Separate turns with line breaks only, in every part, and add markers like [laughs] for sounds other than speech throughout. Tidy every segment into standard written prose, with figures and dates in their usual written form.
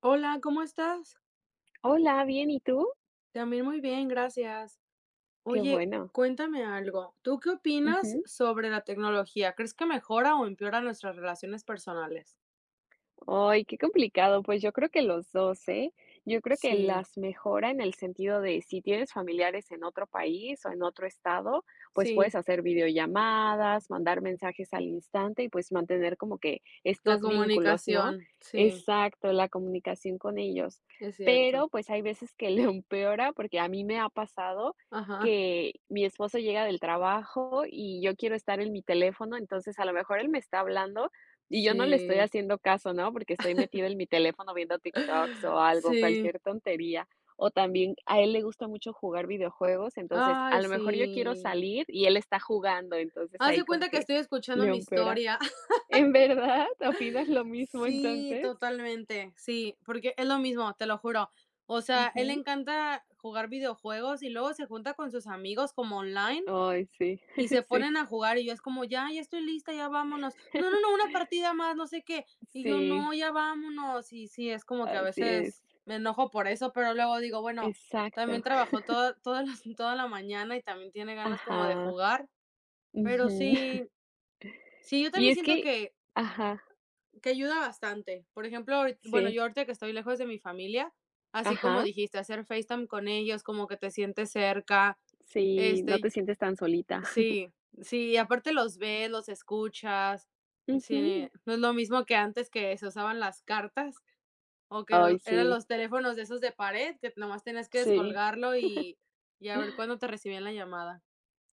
Hola, ¿cómo estás?
Hola, bien, ¿y tú?
También muy bien, gracias.
Qué
Oye,
bueno.
cuéntame algo. ¿Tú qué opinas
Ujú.
sobre la tecnología? ¿Crees que mejora o empeora nuestras relaciones personales?
Ay, qué complicado. Pues yo creo que los dos, ¿eh? Yo creo que
Sí,
las mejora en el sentido de si tienes familiares en otro país o en otro estado, pues puedes
sí,
hacer videollamadas, mandar mensajes al instante y pues mantener como que
la
estos vínculos, ¿no?
comunicación, sí,
Exacto, la comunicación con ellos.
es cierto.
Pero pues hay veces que le empeora porque a mí me ha pasado
Ajá,
que mi esposo llega del trabajo y yo quiero estar en mi teléfono, entonces a lo mejor él me está hablando y yo no le estoy
sí,
haciendo caso, ¿no? Porque estoy metida en mi teléfono viendo TikToks o
[laughs]
algo,
sí,
cualquier tontería. O también a él le gusta mucho jugar videojuegos, entonces a
ay,
lo mejor yo quiero
sí.
salir y él está jugando, entonces
Haz
ahí
de
como
cuenta que
que
estoy
le
escuchando mi
empeora.
historia.
¿En verdad? ¿Opinas lo mismo
Sí,
entonces?
totalmente, sí, porque es lo mismo, te lo juro. O sea, él le
Ujú.
encanta jugar videojuegos y luego se junta con sus amigos como online
Ay, sí,
y
[laughs]
se
sí.
ponen a jugar y yo es como, ya, ya estoy lista, ya vámonos. No, no, no, una partida más, no sé qué. Y yo, no,
Sí,
ya vámonos. Y sí, es como que a
así es.
veces me enojo por eso, pero luego digo, bueno, también
Exacto.
trabajó [laughs] toda la mañana y también tiene ganas como de
Ajá.
jugar. Pero
Ujú.
sí,
[laughs]
sí, yo
Y
también
es
siento
que
que
ajá,
que ayuda bastante. Por ejemplo, ahorit bueno,
sí,
yo ahorita que estoy lejos de mi familia, así como
ajá,
dijiste, hacer FaceTime con ellos, como que te sientes cerca,
sí, no te
este,
sientes tan solita.
sí, sí, y aparte los ves, los escuchas, sí,
Ujú.
no es lo mismo que antes que se usaban las cartas o que
Ay,
eran
sí,
los teléfonos de esos de pared, que nomás tenías que
sí,
descolgarlo y a ver cuándo te recibían la llamada.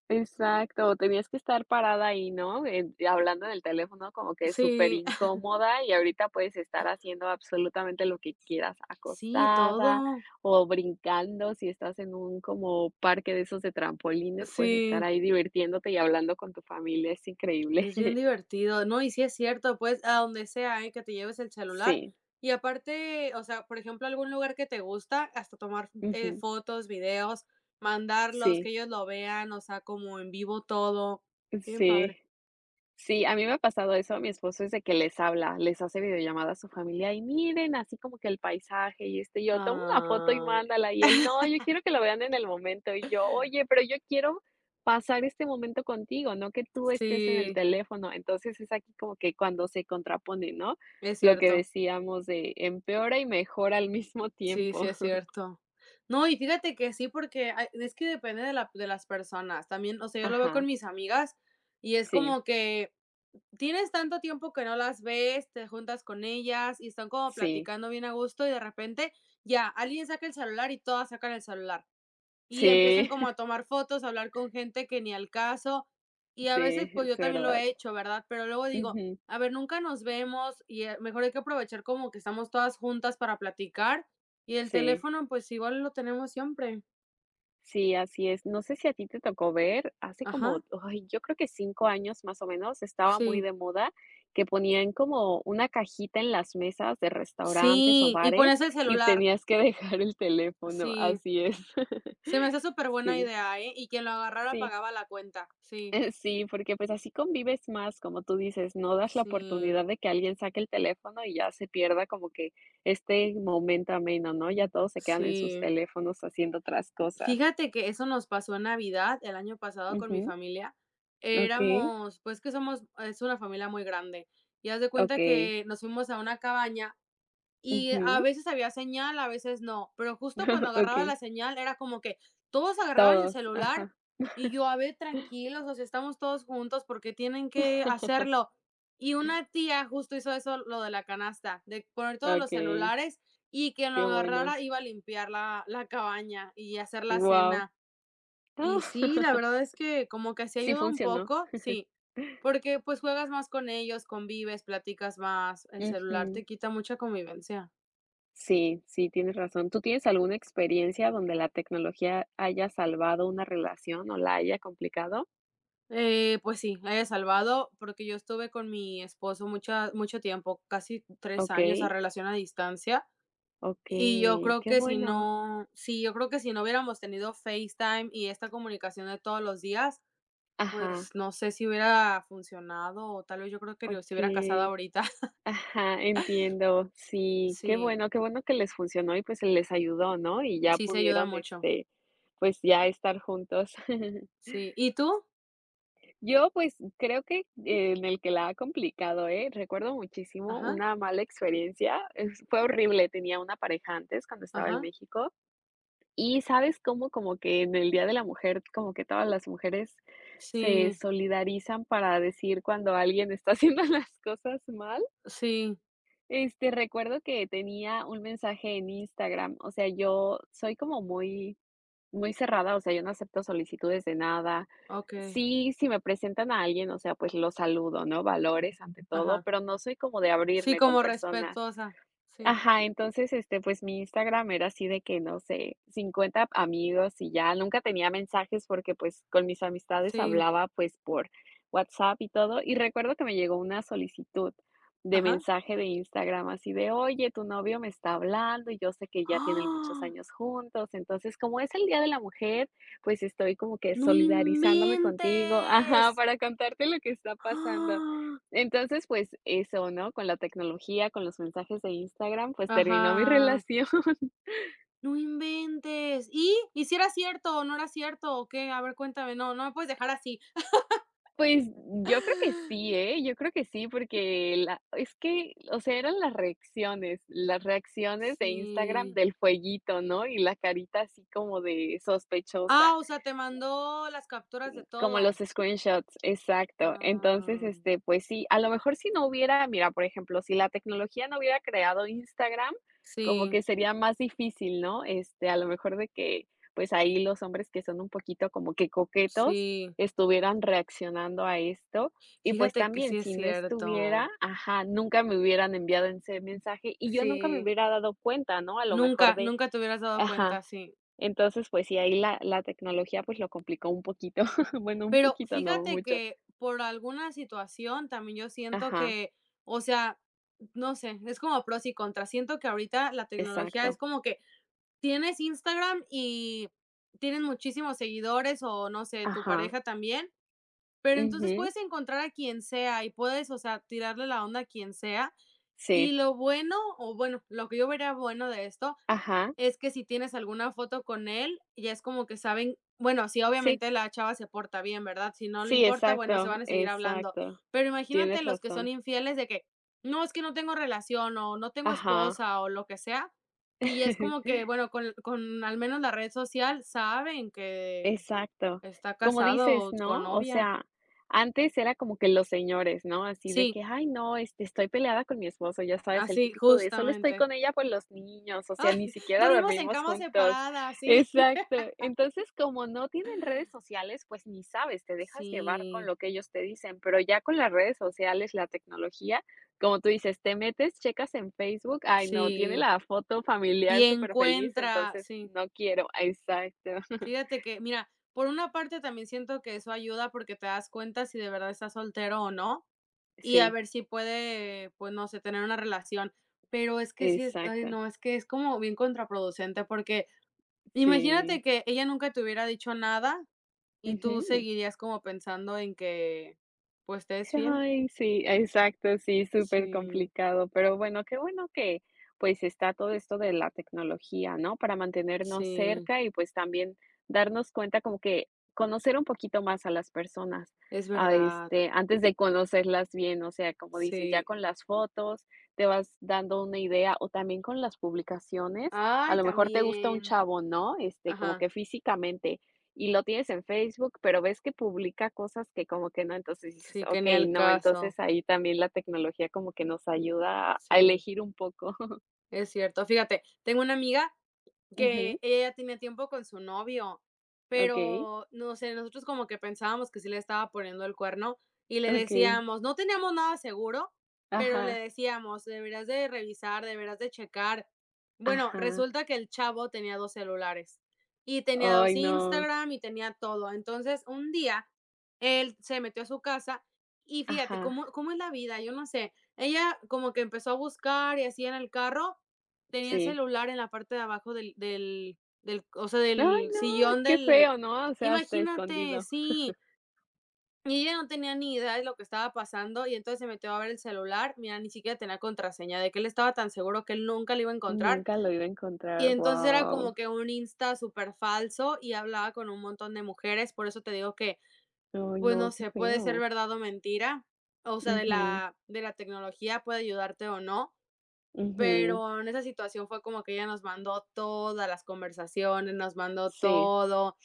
exacto. Tenías que estar parada ahí, ¿no? En hablando en el teléfono como que súper
Sí,
incómoda y ahorita puedes estar haciendo absolutamente lo que quieras,
[laughs] sí,
acostada
todo,
o brincando. Si estás en un como parque de esos de trampolines, puedes estar
sí.
ahí divirtiéndote y hablando con tu familia, es increíble.
Es bien
[laughs]
divertido, no, y sí es cierto, pues, a donde sea, ¿eh?, que te lleves el celular.
Sí,
Y aparte, o sea, por ejemplo, algún lugar que te gusta, hasta tomar,
ujú,
fotos, videos, mandarlos, que
sí,
ellos lo vean, o sea, como en vivo todo. Bien
sí.
padre.
Sí, a mí me ha pasado eso, mi esposo es de que les habla, les hace videollamada a su familia y miren así como que el paisaje y este, yo tomo una foto y
Ay.
mándala y él, no, yo
[laughs]
quiero que lo vean en el momento y yo, oye, pero yo quiero pasar este momento contigo, no que tú estés en el
Sí,
teléfono. Entonces es aquí como que cuando se contrapone, ¿no?
es
Lo que
cierto.
decíamos de empeora y mejora al mismo
Sí, sí
tiempo.
es
[laughs]
cierto. No, y fíjate que sí, porque hay es que depende de las personas. También, o sea, yo lo veo
Ajá,
con mis amigas y es
sí,
como que tienes tanto tiempo que no las ves, te juntas con ellas y están como
sí,
platicando bien a gusto y de repente ya alguien saca el celular y todas sacan el celular y empiezan
sí,
como
[laughs]
a tomar fotos, a hablar con gente que ni al caso y a veces
sí,
pues
es
yo también lo
verdad.
he hecho, ¿verdad? Pero luego digo,
Ujú,
a ver, nunca nos vemos y mejor hay que aprovechar como que estamos todas juntas para platicar y el
sí.
teléfono pues igual lo tenemos siempre.
Sí, así es. No sé si a ti te tocó ver, hace
Ajá,
como, ay, yo creo que 5 años más o menos, estaba muy
sí.
de moda que ponían como una cajita en las mesas de restaurantes o
Sí, y
bares
pones el
y
celular.
tenías que [laughs] dejar el teléfono,
Sí.
así es.
Se me hace
[laughs]
súper buena
Sí,
idea, ¿eh? Y quien lo agarrara
sí,
pagaba la cuenta. Sí,
[laughs] sí, porque pues así convives más, como tú dices, no das la
sí,
oportunidad de que alguien saque el teléfono y ya se pierda como que este momento ameno, ¿no? Ya todos se quedan en sus
sí.
teléfonos haciendo otras cosas.
Fíjate que eso nos pasó en Navidad el año pasado con mi
Ujú,
familia.
okey.
Éramos, pues que somos es una familia muy grande. Y haz de cuenta
Okey,
que nos fuimos a una cabaña. Y a
ujú,
veces había señal, a veces no, pero justo cuando
[laughs]
agarraba
okey,
la señal era como que todos agarraban el
todos,
celular
ajá.
y yo, a ver, tranquilos, o sea, estamos todos juntos porque tienen que
[laughs]
hacerlo. Y una tía justo hizo eso, lo de la canasta, de poner todos los
Okey,
celulares y quien lo
qué bueno,
agarrara iba a limpiar la cabaña y hacer la
guau.
cena.
Ah,
Y sí, la
[laughs]
verdad es que como que se
sí
ayuda un
funcionó.
poco, sí, porque pues juegas más con ellos, convives, platicas más, el celular
Ujú.
te quita mucha convivencia.
Sí, sí, tienes razón. ¿Tú tienes alguna experiencia donde la tecnología haya salvado una relación o la haya complicado?
Pues sí, El Salvado, porque yo estuve con mi esposo mucha mucho tiempo, casi 3 años, a
Okey,
relación a distancia, y yo
okey,
creo
qué
que si
bueno.
no sí, yo creo que si no hubiéramos tenido FaceTime y esta comunicación de todos los días, pues,
Ajá,
no sé si hubiera funcionado, o tal vez yo creo que ni se hubiera casado
okey.
ahorita. [laughs]
Ajá, entiendo. Sí,
Sí,
qué bueno que les funcionó y, pues, les ayudó, ¿no? Y ya
sí se ayuda
pudieron,
mucho.
este, pues, ya estar juntos. [laughs]
Sí, ¿y tú?
Yo, pues, creo que en el que la ha complicado, ¿eh? Recuerdo muchísimo
Ajá,
una mala experiencia, es fue horrible, tenía una pareja antes cuando estaba en
ajá.
México, y, ¿sabes cómo? Como que en el Día de la Mujer, como que todas las mujeres se
Sí,
solidarizan para decir cuando alguien está [laughs] haciendo las cosas mal.
sí,
Este, recuerdo que tenía un mensaje en Instagram, o sea, yo soy como muy, muy cerrada, o sea, yo no acepto solicitudes de nada.
okey,
Sí, si me presentan a alguien, o sea, pues lo saludo, ¿no? Valores ante todo,
ajá.
pero no soy como de
Sí,
abrirme con
como
personas.
respetuosa. Sí,
Ajá, entonces, este, pues, mi Instagram era así de que, no sé, 50 amigos y ya, nunca tenía mensajes porque, pues, con mis amistades
sí,
hablaba, pues, por WhatsApp y todo. Y recuerdo que me llegó una solicitud de
ajá.
mensaje de Instagram así de: "Oye, tu novio me está hablando y yo sé que ya tienen muchos
¡Ah!
años juntos, entonces, como es el Día de la Mujer, pues, estoy como que
¡No
solidarizándome contigo".
inventes!
Ajá, para contarte lo que está pasando.
¡Ah!
Entonces, pues eso, ¿no? Con la tecnología, con los mensajes de Instagram, pues terminó mi
Ajá.
relación. [laughs]
¡No inventes! ¿Y? ¿Y si era cierto o no era cierto o qué? A ver, cuéntame, no, no me puedes dejar así.
Pues yo creo que sí,
[gasps]
¿eh? Yo creo que sí, porque la es que, o sea, eran las reacciones de Instagram
Sí.
del fueguito, ¿no? Y la carita así como de sospechosa.
Ah, o sea, te mandó las capturas de
Como los
todo.
screenshots, exacto. Entonces,
Ah,
este, pues sí, a lo mejor si no hubiera, mira, por ejemplo, si la tecnología no hubiera creado Instagram, como
sí,
que sería más difícil, ¿no? Este, a lo mejor de que, pues ahí los hombres que son un poquito como que coquetos
sí.
estuvieran reaccionando a esto. Y pues
Fíjate que
también,
sí es
si no estuviera,
cierto.
ajá, nunca me hubieran enviado ese mensaje y yo nunca me
Sí.
hubiera dado cuenta, ¿no? A lo mejor
Nunca,
de,
nunca te hubieras dado
ajá.
cuenta, sí.
Entonces, pues sí, ahí la tecnología, pues, lo complicó un poquito. [laughs] Bueno, un
Pero
poquito, no
fíjate
mucho.
que por alguna situación también yo siento
Ajá,
que, o sea, no sé, es como pros y contras. Siento que ahorita la tecnología es
exacto.
como que tienes Instagram y tienes muchísimos seguidores o no sé, tu
Ajá,
pareja también, pero entonces
ujú,
puedes encontrar a quien sea y puedes, o sea, tirarle la onda a quien sea. Y
sí,
lo bueno, o bueno, lo que yo vería bueno de esto,
ajá,
es que si tienes alguna foto con él, ya es como que saben, bueno, sí,
sí,
obviamente la chava se porta bien, ¿verdad? Si no le
sí,
importa, bueno, se
exacto,
van a seguir hablando.
exacto.
Pero imagínate
Tienes
los que son
razón.
infieles de que, no, es que no tengo relación o no tengo
Ajá.
esposa o lo que sea. Y es como
[laughs]
que, bueno, con al menos la red social saben que
Exacto.
está
Como dices,
casado o con
¿no? O
novia.
sea, antes era como que los señores, ¿no? Así de
Sí,
que, ay, no, este, estoy peleada con mi esposo, ya sabes, el
así,
típico de solo estoy
justamente.
con ella por los niños, o sea, ni
[laughs]
siquiera
Dormimos en
dormimos
camas
juntos.
separadas, sí.
Exacto. Entonces, como no tienen redes sociales, pues ni sabes, te dejas llevar con
Sí,
lo que ellos te dicen, pero ya con las redes sociales, la tecnología, como tú dices, te metes, checas en Facebook, ay, no, tiene
sí,
la foto
y
familiar súper feliz,
encuentra,
entonces
sí.
no quiero. Exacto. [laughs]
Fíjate que, mira, por una parte también siento que eso ayuda porque te das cuenta si de verdad estás soltero o no, y a
Sí.
ver si puede, pues, no sé, tener una relación. Pero es que sí es ay,
Exacto,
no, es que es como bien contraproducente, porque imagínate
sí.
que ella nunca te hubiera dicho nada y tú
Ujú.
seguirías como pensando en que, pues, te es fiel.
Ay, sí, exacto, sí, súper
Sí,
complicado. Pero bueno, qué bueno que, pues, está todo esto de la tecnología, ¿no? Para mantenernos
sí,
cerca y, pues, también darnos cuenta como que conocer un poquito más a las personas,
es
a
verdad,
este, antes de conocerlas bien, o sea, como dices, ya
sí.
con las fotos te vas dando una idea o también con las publicaciones, a
Ay,
lo mejor te gusta un
también.
chavo, ¿no? Este, como
Ajá,
que físicamente, y lo tienes en Facebook, pero ves que publica cosas que como que no, entonces dices:
sí, que ni
"Okey,
al
no",
caso,
entonces ahí también la tecnología como que nos ayuda a
sí,
elegir un poco. [laughs]
es cierto. Fíjate, tengo una amiga
Ujú,
que ella ya tenía tiempo con su novio,
okey,
pero, no sé, nosotros como que pensábamos que sí le estaba poniendo el cuerno y le
okey.
decíamos, no teníamos nada seguro, pero le
Ajá,
decíamos: deberás de revisar, deberás de checar". Bueno,
ajá.
resulta que el chavo tenía 2 celulares, y tenía
Ay,
2
no.
Instagram y tenía todo. Entonces, un día, él se metió a su casa y fíjate
Ajá,
cómo es la vida, yo no sé. Ella como que empezó a buscar y así en el carro. Tenía el
sí.
celular en la parte de abajo del, o sea,
Ay,
del
no,
sillón
qué
del
feo, ¿no? O sea, hasta
imagínate,
escondido.
sí. Y ella no tenía ni idea de lo que estaba pasando, y entonces se metió a ver el celular. Mira, ni siquiera tenía contraseña, de que él estaba tan seguro que él nunca le iba a encontrar.
Nunca lo iba a
Y
encontrar,
entonces era
wow.
como que un Insta súper falso y hablaba con un montón de mujeres. Por eso te digo que,
Ay,
pues, no
no, qué
sé, puede ser
feo.
verdad o mentira. O sea, de
Ujú,
la de la tecnología puede ayudarte o no,
ujú,
pero en esa situación fue como que ella nos mandó todas las conversaciones, nos mandó
sí.
todo,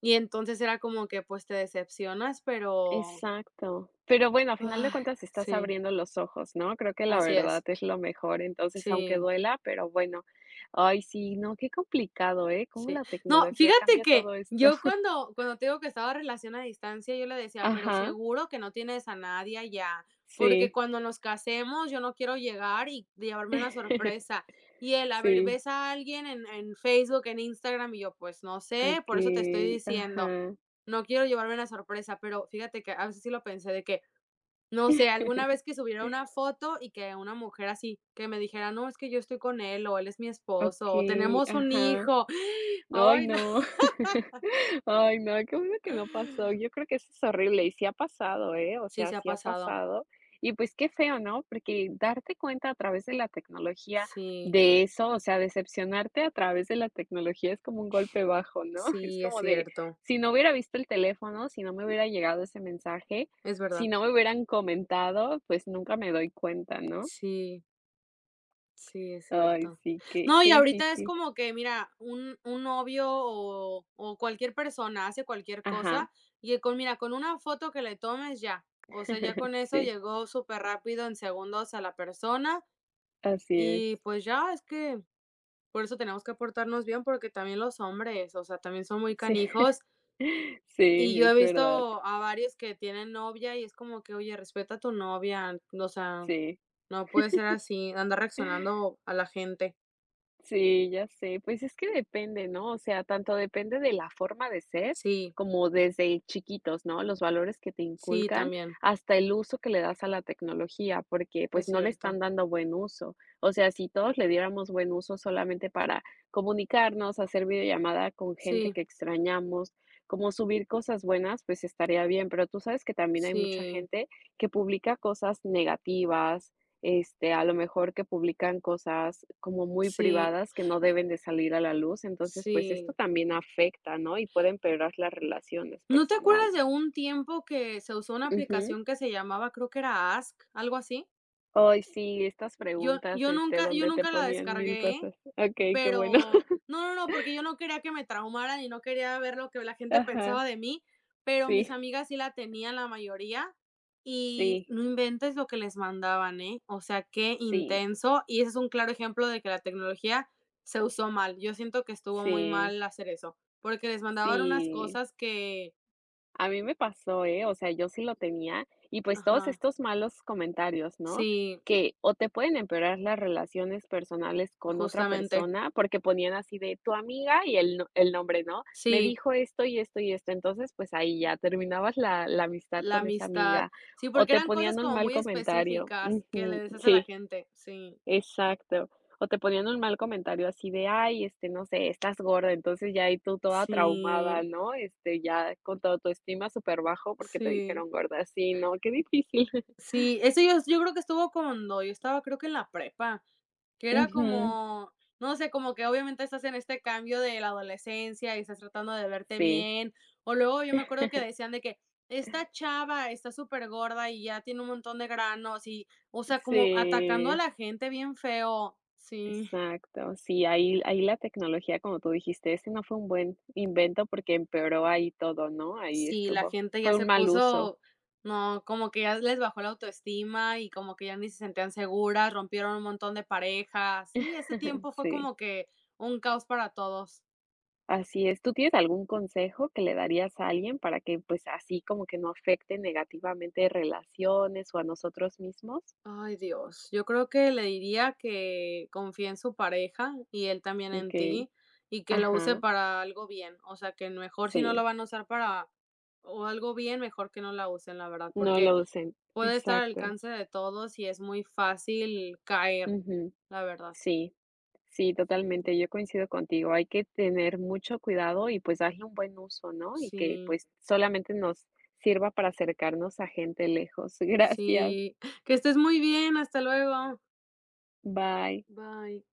y entonces era como que, pues, te decepcionas, pero,
Exacto. Pero bueno, a final de
ay,
cuentas estás
sí,
abriendo los ojos, ¿no? Creo que la
así
verdad
es,
es lo mejor. Entonces, aunque
sí.
duela, pero bueno. Ay, sí, no, qué complicado, ¿eh? Cómo
Sí.
la
No,
tecnología
fíjate
cambia
que
todo esto.
yo
[laughs]
cuando te digo que estaba relación a distancia, yo le decía: "Pero
Ajá,
seguro que no tienes a nadie allá, porque
sí.
cuando nos casemos yo no quiero llegar y llevarme una
[laughs]
sorpresa". Y él: "A ver,
Sí,
¿ves a alguien en Facebook, en Instagram?". Y yo: "Pues no sé, por eso te estoy
okey,
diciendo,
ajá.
no quiero llevarme una sorpresa". Pero fíjate que a veces sí lo pensé de que, no sé, alguna vez
[laughs]
que subiera una foto y que una mujer así, que me dijera: "No, es que yo estoy con él", o "Él es mi esposo", o
Okey,
"Tenemos un
ajá.
hijo". [gasps]
Ay,
Ay, no.
no. [laughs] Ay, no, qué bueno que no pasó. Yo
[laughs]
creo que eso es horrible y sí ha pasado, ¿eh? O
Sí,
sea,
se ha
sí ha
pasado.
pasado. Y pues qué feo, ¿no? Porque darte cuenta a través de la tecnología
Sí,
de eso, o sea, decepcionarte a través de la tecnología es como un golpe bajo, ¿no? [laughs] Es
sí, es
como de,
cierto.
si no hubiera visto el teléfono, si no me hubiera llegado ese mensaje,
Es
si
verdad.
no me hubieran comentado, pues nunca me doy cuenta, ¿no?
Sí, sí, es
Ay,
cierto.
sí, qué,
No,
qué
y ahorita es
difícil.
como que, mira, un novio o cualquier persona hace cualquier
Ajá,
cosa, y con mira, con una foto que le tomes ya. O sea, ya
[laughs]
con eso
sí,
llegó súper rápido en segundos a la persona.
así es.
Y pues ya, es que por eso tenemos que portarnos bien, porque también los hombres, o sea, también son muy
Sí. [laughs]
canijos. Y
Sí,
yo he
es verdad.
visto a varios que tienen novia y es como que, oye, respeta a tu novia, o sea,
Sí,
no puede ser así, andar reaccionando a la gente.
sí, ya sé. Pues es que depende, ¿no? O sea, tanto depende de la forma de ser,
Sí,
como desde chiquitos, ¿no? Los valores que te
sí,
inculcan,
también,
hasta el uso que le das a la tecnología, porque pues
es
no le están
cierto.
dando buen uso. O sea, si todos le diéramos buen uso solamente para comunicarnos, hacer videollamada con gente
Sí,
que extrañamos, como subir cosas buenas, pues estaría bien. Pero tú sabes que también hay mucha
sí,
gente que publica cosas negativas este, a lo mejor que publican cosas como muy
sí,
privadas que no deben de salir a la luz. Entonces, pues esto
sí.
también afecta, ¿no? Y puede empeorar las relaciones
¿No te acuerdas de
personales.
un tiempo que se usó una
Ujú.
aplicación que se llamaba, creo que era Ask, algo así?
Ay, sí, estas
Yo
preguntas,
yo
este,
nunca yo
donde te
nunca la
ponían mil
descargué, ¿eh?
cosas. Okey, qué bueno.
Pero
[laughs]
no, no, no, porque yo no quería que me traumaran y no quería ver lo que la gente
Ajá,
pensaba de mí, pero mis
sí,
amigas sí la tenían la mayoría, y
sí,
no inventes lo que les mandaban, ¿eh? O sea, qué
sí,
intenso, y ese es un claro ejemplo de que la tecnología se usó mal. Yo siento que estuvo muy
sí,
mal hacer eso, porque les mandaban unas
sí.
cosas que
A mí me pasó, ¿eh? O sea, yo sí lo tenía y pues todos
ajá,
estos malos comentarios, ¿no?
sí,
Que o te pueden empeorar las relaciones personales con otra
justamente.
persona, porque ponían así de tu amiga y el nombre, ¿no? Me
Sí.
dijo esto y esto y esto, entonces pues ahí ya terminabas la amistad
La
con esa
amistad.
amiga
Sí,
o
porque
te
eran cosas
ponían un
como
mal
muy
comentario.
específicas que le
Ujú,
decías a la
sí.
gente. Sí,
Exacto. O te ponían un mal comentario así de: "Ay, este, no sé, estás gorda", entonces ya ahí tú toda traumada,
sí,
¿no? Este, ya con toda tu estima autoestima bajo porque te
sí,
dijeron gorda. Sí, no, qué difícil. [laughs]
sí. Eso yo creo que estuvo cuando yo estaba, creo que en la prepa, que era
Ujú.
como, no sé, como que obviamente estás en este cambio de la adolescencia y estás tratando de verte
Sí.
bien. O luego yo me acuerdo que decían de que esta chava está súper gorda y ya tiene un montón de granos y, o sea, como atacando a
Sí,
la gente bien feo. Sí.
exacto. Sí, ahí la tecnología, como tú dijiste, ese no fue un buen invento porque empeoró ahí todo, ¿no? Ahí
Sí, la
estuvo.
gente ya
Fue un
se
mal uso.
puso, no, como que ya les bajó la autoestima y como que ya ni se sentían seguras, rompieron un montón de parejas. Sí, ese
[laughs]
tiempo fue
Sí.
como que un caos para todos.
Así es, ¿tú tienes algún consejo que le darías a alguien para que, pues, así como que no afecte negativamente relaciones o a nosotros mismos?
Ay, Dios, yo creo que le diría que confíe en su pareja y él también en
Okey,
ti y que lo use
ajá,
para algo bien. O sea, que mejor si no lo
sí,
van a usar para o algo bien, mejor que no la usen, la verdad,
no lo
porque
usen,
puede estar al
exacto,
alcance de todos y es muy fácil caer,
ujú,
la verdad.
sí, sí,
Sí.
totalmente, yo coincido contigo, hay que tener mucho cuidado y, pues, darle un buen uso, ¿no? Y que,
Sí,
pues, solamente nos sirva para acercarnos a gente lejos. [laughs] Gracias,
sí. Que estés muy bien, hasta luego.
bye.
Bye.